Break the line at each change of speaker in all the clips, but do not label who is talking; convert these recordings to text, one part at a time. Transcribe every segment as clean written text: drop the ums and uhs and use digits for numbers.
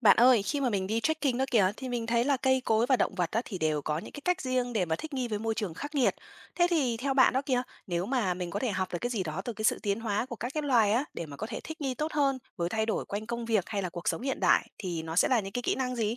Bạn ơi, khi mà mình đi trekking đó kìa thì mình thấy là cây cối và động vật đó thì đều có những cái cách riêng để mà thích nghi với môi trường khắc nghiệt. Thế thì theo bạn đó kìa, nếu mà mình có thể học được cái gì đó từ cái sự tiến hóa của các cái loài á để mà có thể thích nghi tốt hơn với thay đổi quanh công việc hay là cuộc sống hiện đại thì nó sẽ là những cái kỹ năng gì?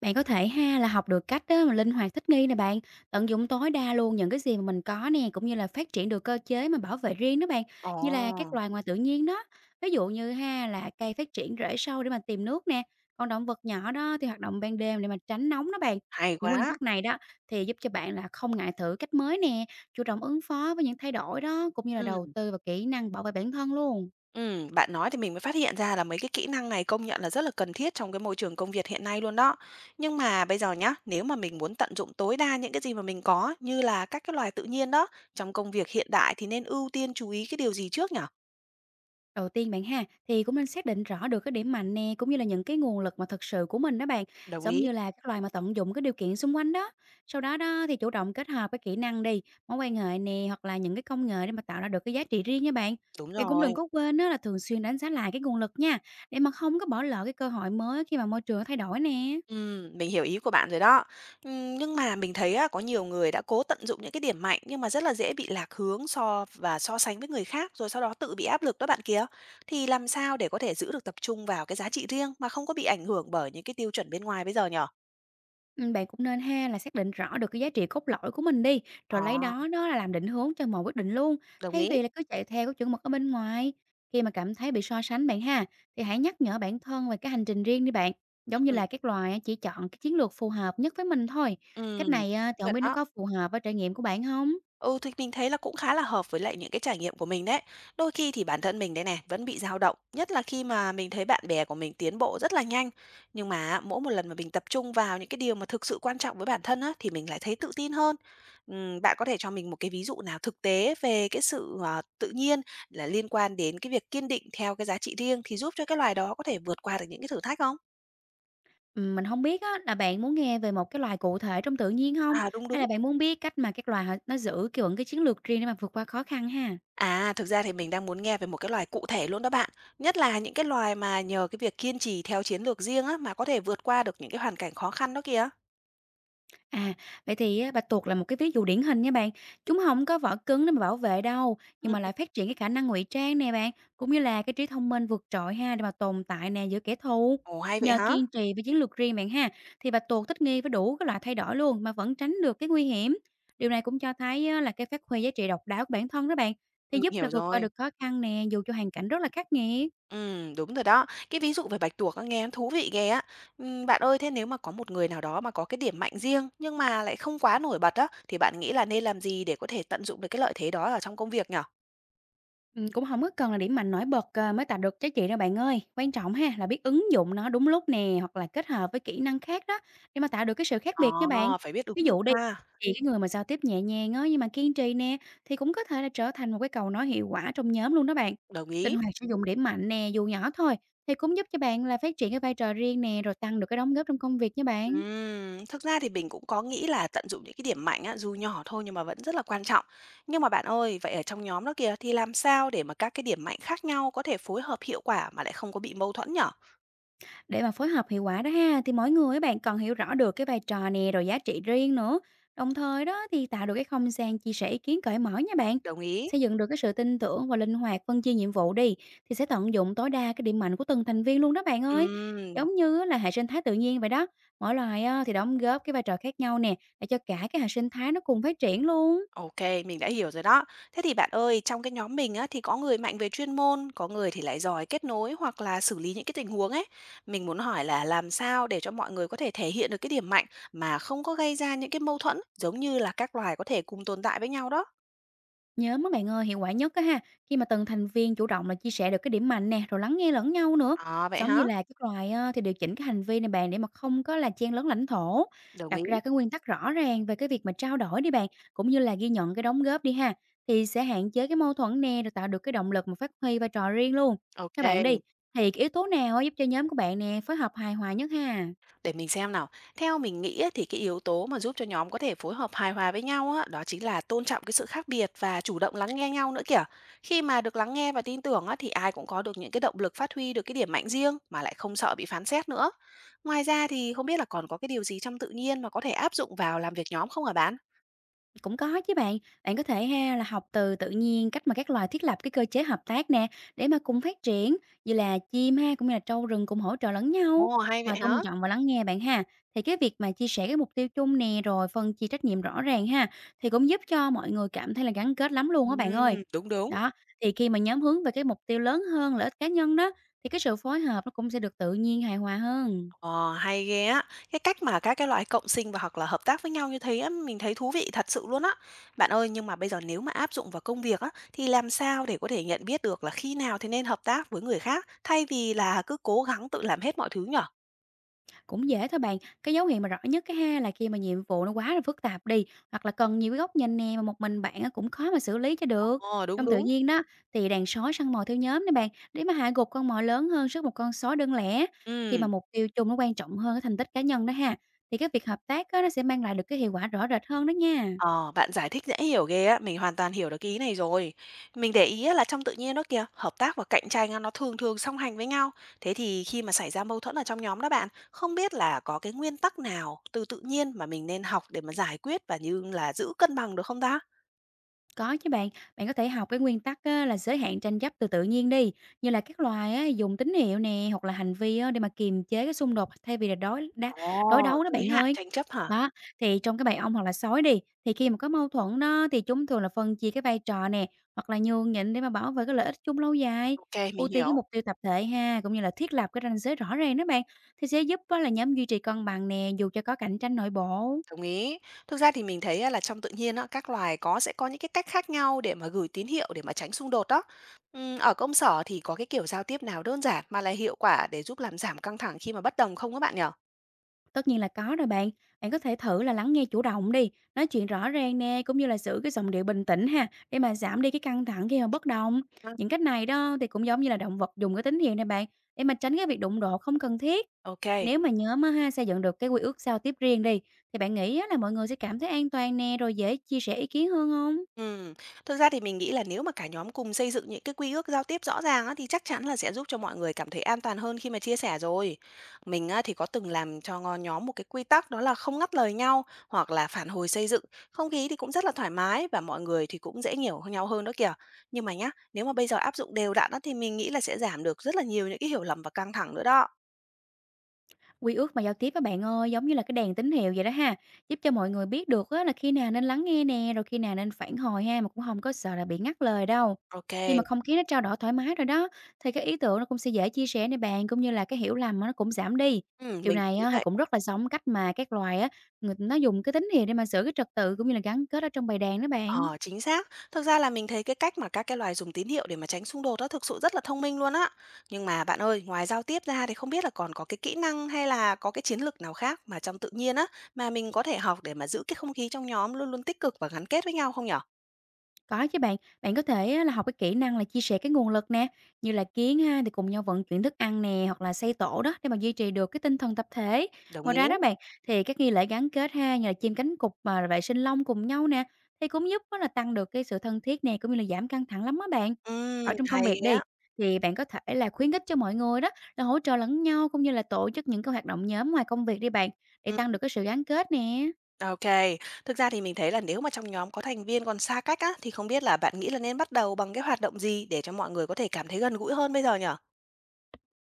Bạn có thể ha là học được cách á mà linh hoạt thích nghi nè bạn, tận dụng tối đa luôn những cái gì mà mình có nè, cũng như là phát triển được cơ chế mà bảo vệ riêng đó bạn,
Ồ,
như là các loài ngoài tự nhiên đó. Ví dụ như ha là cây phát triển rễ sâu để mà tìm nước nè, còn động vật nhỏ đó thì hoạt động ban đêm để mà tránh nóng đó bạn.
hay
Những nguyên
quá.
tắc này đó thì giúp cho bạn là không ngại thử cách mới nè, chủ động ứng phó với những thay đổi đó, cũng như là
Ừ.
đầu tư vào kỹ năng bảo vệ bản thân luôn.
Bạn nói thì mình mới phát hiện ra là mấy cái kỹ năng này công nhận là rất là cần thiết trong cái môi trường công việc hiện nay luôn đó. Nhưng mà bây giờ nhá, nếu mà mình muốn tận dụng tối đa những cái gì mà mình có như là các cái loài tự nhiên đó, trong công việc hiện đại thì nên ưu tiên chú ý cái điều gì trước nhở?
Đầu tiên bạn ha, thì cũng nên xác định rõ được cái điểm mạnh nè, cũng như là những cái nguồn lực mà thực sự của mình đó bạn,
Đồng
giống
ý.
như là các loài mà tận dụng cái điều kiện xung quanh đó. Sau đó đó thì chủ động kết hợp cái kỹ năng đi, mối quan hệ nè, hoặc là những cái công nghệ, để mà tạo ra được cái giá trị riêng nha bạn.
Đúng
Bạn cũng
rồi.
đừng có quên đó là thường xuyên đánh giá lại cái nguồn lực nha, để mà không có bỏ lỡ cái cơ hội mới khi mà môi trường nó thay đổi nè.
Mình hiểu ý của bạn rồi đó. Nhưng mà mình thấy á, có nhiều người đã cố tận dụng những cái điểm mạnh nhưng mà rất là dễ bị lạc hướng so và so sánh với người khác rồi sau đó tự bị áp lực đó bạn kia. Thì làm sao để có thể giữ được tập trung vào cái giá trị riêng mà không có bị ảnh hưởng bởi những cái tiêu chuẩn bên ngoài bây giờ nhỉ?
Bạn cũng nên ha là xác định rõ được cái giá trị cốt lõi của mình đi, rồi lấy
Ờ,
đó đó là làm định hướng cho mọi quyết định luôn,
đồng
thay
ý.
vì là cứ chạy theo cái chuẩn mực ở bên ngoài. Khi mà cảm thấy bị so sánh bạn ha, thì hãy nhắc nhở bản thân về cái hành trình riêng đi bạn, giống như
Ừm,
là các loài á, chỉ chọn cái chiến lược phù hợp nhất với mình thôi.
ừm,
Cách này á,
đúng
thì
rồi
không biết nó
đó.
có phù hợp với trải nghiệm của bạn không?
Ừ, thì mình thấy là cũng khá là hợp với lại những cái trải nghiệm của mình đấy. Đôi khi thì bản thân mình đây này vẫn bị dao động, nhất là khi mà mình thấy bạn bè của mình tiến bộ rất là nhanh. Nhưng mà mỗi một lần mà mình tập trung vào những cái điều mà thực sự quan trọng với bản thân á, thì mình lại thấy tự tin hơn. Bạn có thể cho mình một cái ví dụ nào thực tế về cái sự tự nhiên là liên quan đến cái việc kiên định theo cái giá trị riêng thì giúp cho cái loài đó có thể vượt qua được những cái thử thách không?
Mình không biết á là bạn muốn nghe về một cái loài cụ thể trong tự nhiên không?
À đúng
Hay
đúng.
là bạn muốn biết cách mà các loài họ nó giữ kiểu vẫn cái chiến lược riêng để mà vượt qua khó khăn ha?
À, thực ra thì mình đang muốn nghe về một cái loài cụ thể luôn đó bạn. Nhất là những cái loài mà nhờ cái việc kiên trì theo chiến lược riêng á mà có thể vượt qua được những cái hoàn cảnh khó khăn đó kìa.
À, vậy thì á, bạch tuộc là một cái ví dụ điển hình nha bạn. Chúng không có vỏ cứng để mà bảo vệ đâu, nhưng
Ừ.
mà lại phát triển cái khả năng ngụy trang nè bạn, cũng như là cái trí thông minh vượt trội ha, để mà tồn tại nè giữa kẻ thù.
Ồ hay vậy
Nhờ
hả?
kiên trì với chiến lược riêng bạn ha, thì bạch tuộc thích nghi với đủ các loại thay đổi luôn, mà vẫn tránh được cái nguy hiểm. Điều này cũng cho thấy á, là cái phát huy giá trị độc đáo của bản thân đó bạn, thì
Mình
giúp
hiểu
là vượt qua
rồi.
được khó khăn nè, dù cho hoàn cảnh rất là khắc nghiệt.
Ừ, đúng rồi đó. Cái ví dụ về bạch tuộc á, nghe nó thú vị ghê á. Ừ, bạn ơi, thế nếu mà có một người nào đó mà có cái điểm mạnh riêng nhưng mà lại không quá nổi bật á thì bạn nghĩ là nên làm gì để có thể tận dụng được cái lợi thế đó ở trong công việc nhở?
Cũng không có cần là điểm mạnh nổi bật, mới tạo được giá trị đâu bạn ơi. Quan trọng ha là biết ứng dụng nó đúng lúc nè, hoặc là kết hợp với kỹ năng khác đó, để mà tạo được cái sự khác
Ờ,
biệt nha bạn.
phải biết ứng
Ví
dụng
dụ đi,
ha.
thì cái người mà giao tiếp nhẹ nhàng á, nhưng mà kiên trì nè, thì cũng có thể là trở thành một cái cầu nói hiệu quả trong nhóm luôn đó bạn.
Đồng
Linh
ý.
hoạt sử dụng điểm mạnh nè, dù nhỏ thôi, thì cũng giúp cho bạn là phát triển cái vai trò riêng nè, rồi tăng được cái đóng góp trong công việc nha bạn.
Thực ra thì mình cũng có nghĩ là tận dụng những cái điểm mạnh á, dù nhỏ thôi nhưng mà vẫn rất là quan trọng. Nhưng mà bạn ơi, vậy ở trong nhóm đó kìa thì làm sao để mà các cái điểm mạnh khác nhau có thể phối hợp hiệu quả mà lại không có bị mâu thuẫn nhở?
Để mà phối hợp hiệu quả đó ha, thì mỗi người các bạn cần hiểu rõ được cái vai trò nè, rồi giá trị riêng nữa. Đồng thời đó thì tạo được cái không gian chia sẻ ý kiến cởi mở nha bạn.
Đồng ý.
Xây dựng được cái sự tin tưởng và linh hoạt phân chia nhiệm vụ đi, thì sẽ tận dụng tối đa cái điểm mạnh của từng thành viên luôn đó bạn ơi.
Ừm,
Giống như á là hệ sinh thái tự nhiên vậy đó. Mỗi loài á thì đóng góp cái vai trò khác nhau nè, để cho cả cái hệ sinh thái nó cùng phát triển luôn.
ok, mình đã hiểu rồi đó. Thế thì bạn ơi, trong cái nhóm mình á thì có người mạnh về chuyên môn, có người thì lại giỏi kết nối hoặc là xử lý những cái tình huống ấy. Mình muốn hỏi là làm sao để cho mọi người có thể thể hiện được cái điểm mạnh mà không có gây ra những cái mâu thuẫn giống như là các loài có thể cùng tồn tại với nhau đó.
Nhớ mấy bạn ơi, hiệu quả nhất á ha, khi mà từng thành viên chủ động là chia sẻ được cái điểm mạnh nè, rồi lắng nghe lẫn nhau nữa.
À, vậy
Giống như
hả?
là các loài thì điều chỉnh cái hành vi này bạn, để mà không có là chen lấn lãnh thổ.
Đồng
Đặt
ý.
ra cái nguyên tắc rõ ràng về cái việc mà trao đổi đi bạn, cũng như là ghi nhận cái đóng góp đi ha. Thì sẽ hạn chế cái mâu thuẫn nè, rồi tạo được cái động lực mà phát huy vai trò riêng luôn. Các bạn đi,
Ok,
thì cái yếu tố nào á giúp cho nhóm của bạn nè phối hợp hài hòa nhất ha?
để mình xem nào. Theo mình nghĩ ấy, thì cái yếu tố mà giúp cho nhóm có thể phối hợp hài hòa với nhau á, đó chính là tôn trọng cái sự khác biệt và chủ động lắng nghe nhau nữa kìa. Khi mà được lắng nghe và tin tưởng á, thì ai cũng có được những cái động lực phát huy được cái điểm mạnh riêng mà lại không sợ bị phán xét nữa. Ngoài ra thì không biết là còn có cái điều gì trong tự nhiên mà có thể áp dụng vào làm việc nhóm không hả bạn?
Cũng có chứ bạn, bạn có thể ha là học từ tự nhiên cách mà các loài thiết lập cái cơ chế hợp tác nè, để mà cùng phát triển, như là chim ha cũng như là trâu rừng cùng hỗ trợ lẫn nhau.
Ồ, hay
Ngoài
vậy
tôn
hả?
trọng và lắng nghe bạn ha, thì cái việc mà chia sẻ cái mục tiêu chung nè, rồi phân chia trách nhiệm rõ ràng ha, thì cũng giúp cho mọi người cảm thấy là gắn kết lắm luôn á bạn ơi.
Đúng, đúng.
Đó, thì khi mà nhóm hướng về cái mục tiêu lớn hơn lợi ích cá nhân đó, thì cái sự phối hợp nó cũng sẽ được tự nhiên hài hòa hơn.
Ờ, hay ghê á. Cái cách mà các cái loại cộng sinh và hoặc là hợp tác với nhau như thế á, mình thấy thú vị thật sự luôn á. Bạn ơi, nhưng mà bây giờ nếu mà áp dụng vào công việc á, thì làm sao để có thể nhận biết được là khi nào thì nên hợp tác với người khác thay vì là cứ cố gắng tự làm hết mọi thứ nhở?
Cũng dễ thôi bạn, cái dấu hiệu mà rõ nhất cái ha là khi mà nhiệm vụ nó quá là phức tạp đi, hoặc là cần nhiều cái góc nhìn nè mà một mình bạn á cũng khó mà xử lý cho được.
Ờ đúng
Trong tự
đúng.
nhiên đó thì đàn sói săn mồi theo nhóm nè bạn, để mà hạ gục con mồi lớn hơn sức một con sói đơn lẻ. Khi
Ừ.
mà mục tiêu chung nó quan trọng hơn cái thành tích cá nhân đó ha, thì cái việc hợp tác á, nó sẽ mang lại được cái hiệu quả rõ rệt hơn đó nha.
Ờ, bạn giải thích dễ hiểu ghê á, mình hoàn toàn hiểu được cái ý này rồi. Mình để ý á, là trong tự nhiên đó kìa, hợp tác và cạnh tranh á, nó thường thường song hành với nhau. Thế thì khi mà xảy ra mâu thuẫn ở trong nhóm đó bạn, không biết là có cái nguyên tắc nào từ tự nhiên mà mình nên học để mà giải quyết và như là giữ cân bằng được không ta?
Có chứ bạn, bạn có thể học cái nguyên tắc á, là giới hạn tranh chấp từ tự nhiên đi, như là các loài á, dùng tín hiệu nè hoặc là hành vi á, để mà kiềm chế cái xung đột, thay vì là đối đá, đối
Ồ,
đấu đó
giới
bạn
hạn
ơi.
tranh chấp hả?
Đó, thì trong cái bầy ong hoặc là sói đi, thì khi mà có mâu thuẫn đó, thì chúng thường là phân chia cái vai trò nè, hoặc là nhường nhịn, để mà bảo vệ cái lợi ích chung lâu dài.
Ok, mình
Ưu tiên cái
hiểu.
mục tiêu tập thể ha, cũng như là thiết lập cái ranh giới rõ ràng đó bạn, thì sẽ giúp á, là nhóm duy trì cân bằng nè, dù cho có cạnh tranh nội bộ.
Đồng ý. Thực ra thì mình thấy á là trong tự nhiên á, các loài có sẽ có những cái cách khác nhau để mà gửi tín hiệu để mà tránh xung đột đó. Ở công sở thì có cái kiểu giao tiếp nào đơn giản mà lại hiệu quả để giúp làm giảm căng thẳng khi mà bất đồng không các bạn nhỉ?
Tất nhiên là có rồi bạn. Bạn có thể thử là lắng nghe chủ động đi, nói chuyện rõ ràng nè, cũng như là giữ cái giọng điệu bình tĩnh ha, để mà giảm đi cái căng thẳng khi mà bất đồng.
Ha,
Những cách này đó thì cũng giống như là động vật dùng cái tín hiệu này bạn, để mà tránh cái việc đụng độ không cần thiết.
Ok,
Nếu mà nhớ mà ha xây dựng được cái quy ước giao tiếp riêng đi, thì bạn nghĩ á là mọi người sẽ cảm thấy an toàn nè, rồi dễ chia sẻ ý kiến hơn không?
Ừm, thực ra thì mình nghĩ là nếu mà cả nhóm cùng xây dựng những cái quy ước giao tiếp rõ ràng á, thì chắc chắn là sẽ giúp cho mọi người cảm thấy an toàn hơn khi mà chia sẻ rồi. Mình á, thì có từng làm cho nhóm một cái quy tắc đó là không ngắt lời nhau hoặc là phản hồi xây dựng. Không khí thì cũng rất là thoải mái và mọi người thì cũng dễ hiểu nhau hơn đó kìa. Nhưng mà nhá, nếu mà bây giờ áp dụng đều đặn á, thì mình nghĩ là sẽ giảm được rất là nhiều những cái hiểu lầm và căng thẳng nữa đó.
Quy ước mà giao tiếp á bạn ơi, giống như là cái đèn tín hiệu vậy đó ha, giúp cho mọi người biết được á là khi nào nên lắng nghe nè, rồi khi nào nên phản hồi ha, mà cũng không có sợ là bị ngắt lời đâu.
Ok,
Khi mà không khí nó trao đổi thoải mái rồi đó, thì cái ý tưởng nó cũng sẽ dễ chia sẻ nè bạn, cũng như là cái hiểu lầm nó cũng giảm đi. Điều
Mình
này
cũng nghĩ
á thì
vậy.
cũng rất là giống cách mà các loài á, người nó dùng cái tín hiệu để mà giữ cái trật tự, cũng như là gắn kết ở trong bầy đàn đó bạn.
Ờ, chính xác. Thực ra là mình thấy cái cách mà các cái loài dùng tín hiệu để mà tránh xung đột đó thực sự rất là thông minh luôn á. Nhưng mà bạn ơi, ngoài giao tiếp ra thì không biết là còn có cái kỹ năng hay là có cái chiến lược nào khác mà trong tự nhiên á mà mình có thể học để mà giữ cái không khí trong nhóm luôn luôn tích cực và gắn kết với nhau không nhở?
Có chứ bạn, bạn có thể á là học cái kỹ năng là chia sẻ cái nguồn lực nè, như là kiến ha thì cùng nhau vận chuyển thức ăn nè, hoặc là xây tổ đó, để mà duy trì được cái tinh thần tập thể.
Đồng
Ngoài
ý.
ra đó bạn, thì các nghi lễ gắn kết ha, như là chim cánh cụt mà vệ sinh lông cùng nhau nè, thì cũng giúp á là tăng được cái sự thân thiết nè, cũng như là giảm căng thẳng lắm á bạn. Ở trong công
Hay
việc
ghê
đi,
á.
thì bạn có thể là khuyến khích cho mọi người đó là hỗ trợ lẫn nhau, cũng như là tổ chức những cái hoạt động nhóm ngoài công việc đi bạn, để tăng
Ừm,
được cái sự gắn kết nè.
ok. Thực ra thì mình thấy là nếu mà trong nhóm có thành viên còn xa cách á thì không biết là bạn nghĩ là nên bắt đầu bằng cái hoạt động gì để cho mọi người có thể cảm thấy gần gũi hơn bây giờ nhở?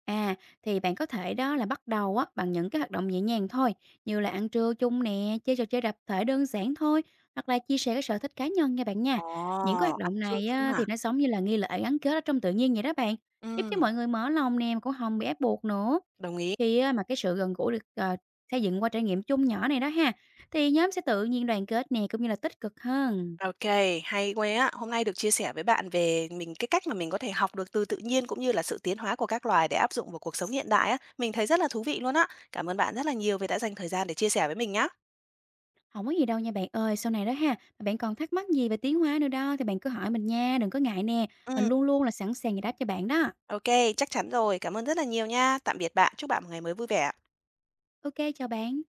À, thì bạn có thể đó là bắt đầu á bằng những cái hoạt động nhẹ nhàng thôi, như là ăn trưa chung nè, chơi trò chơi tập thể đơn giản thôi, hoặc là chia sẻ cái sở thích cá nhân nha bạn nha.
Ồ,
Những cái hoạt
ăn
động
trưa
này
chung
á,
hả?
thì nó giống như là nghi lễ gắn kết ở trong tự nhiên vậy đó bạn, giúp cho
Ừm,
mọi người mở lòng nè, mà cũng không bị ép buộc nữa.
đồng ý.
Khi á, mà cái sự gần gũi được xây dựng qua trải nghiệm chung nhỏ này đó ha, thì nhóm sẽ tự nhiên đoàn kết nè, cũng như là tích cực hơn.
OK, hay quá! Á. Hôm nay được chia sẻ với bạn về mình cái cách mà mình có thể học được từ tự nhiên, cũng như là sự tiến hóa của các loài để áp dụng vào cuộc sống hiện đại á, mình thấy rất là thú vị luôn á. Cảm ơn bạn rất là nhiều vì đã dành thời gian để chia sẻ với mình nhá.
Không có gì đâu nha bạn ơi, sau này đó ha, mà bạn còn thắc mắc gì về tiến hóa nữa đó thì bạn cứ hỏi mình nha, đừng có ngại nè, mình
Ừm,
luôn luôn là sẵn sàng giải đáp cho bạn đó.
OK, chắc chắn rồi. Cảm ơn rất là nhiều nha. Tạm biệt bạn, chúc bạn một ngày mới vui vẻ.
OK kê, chào bạn.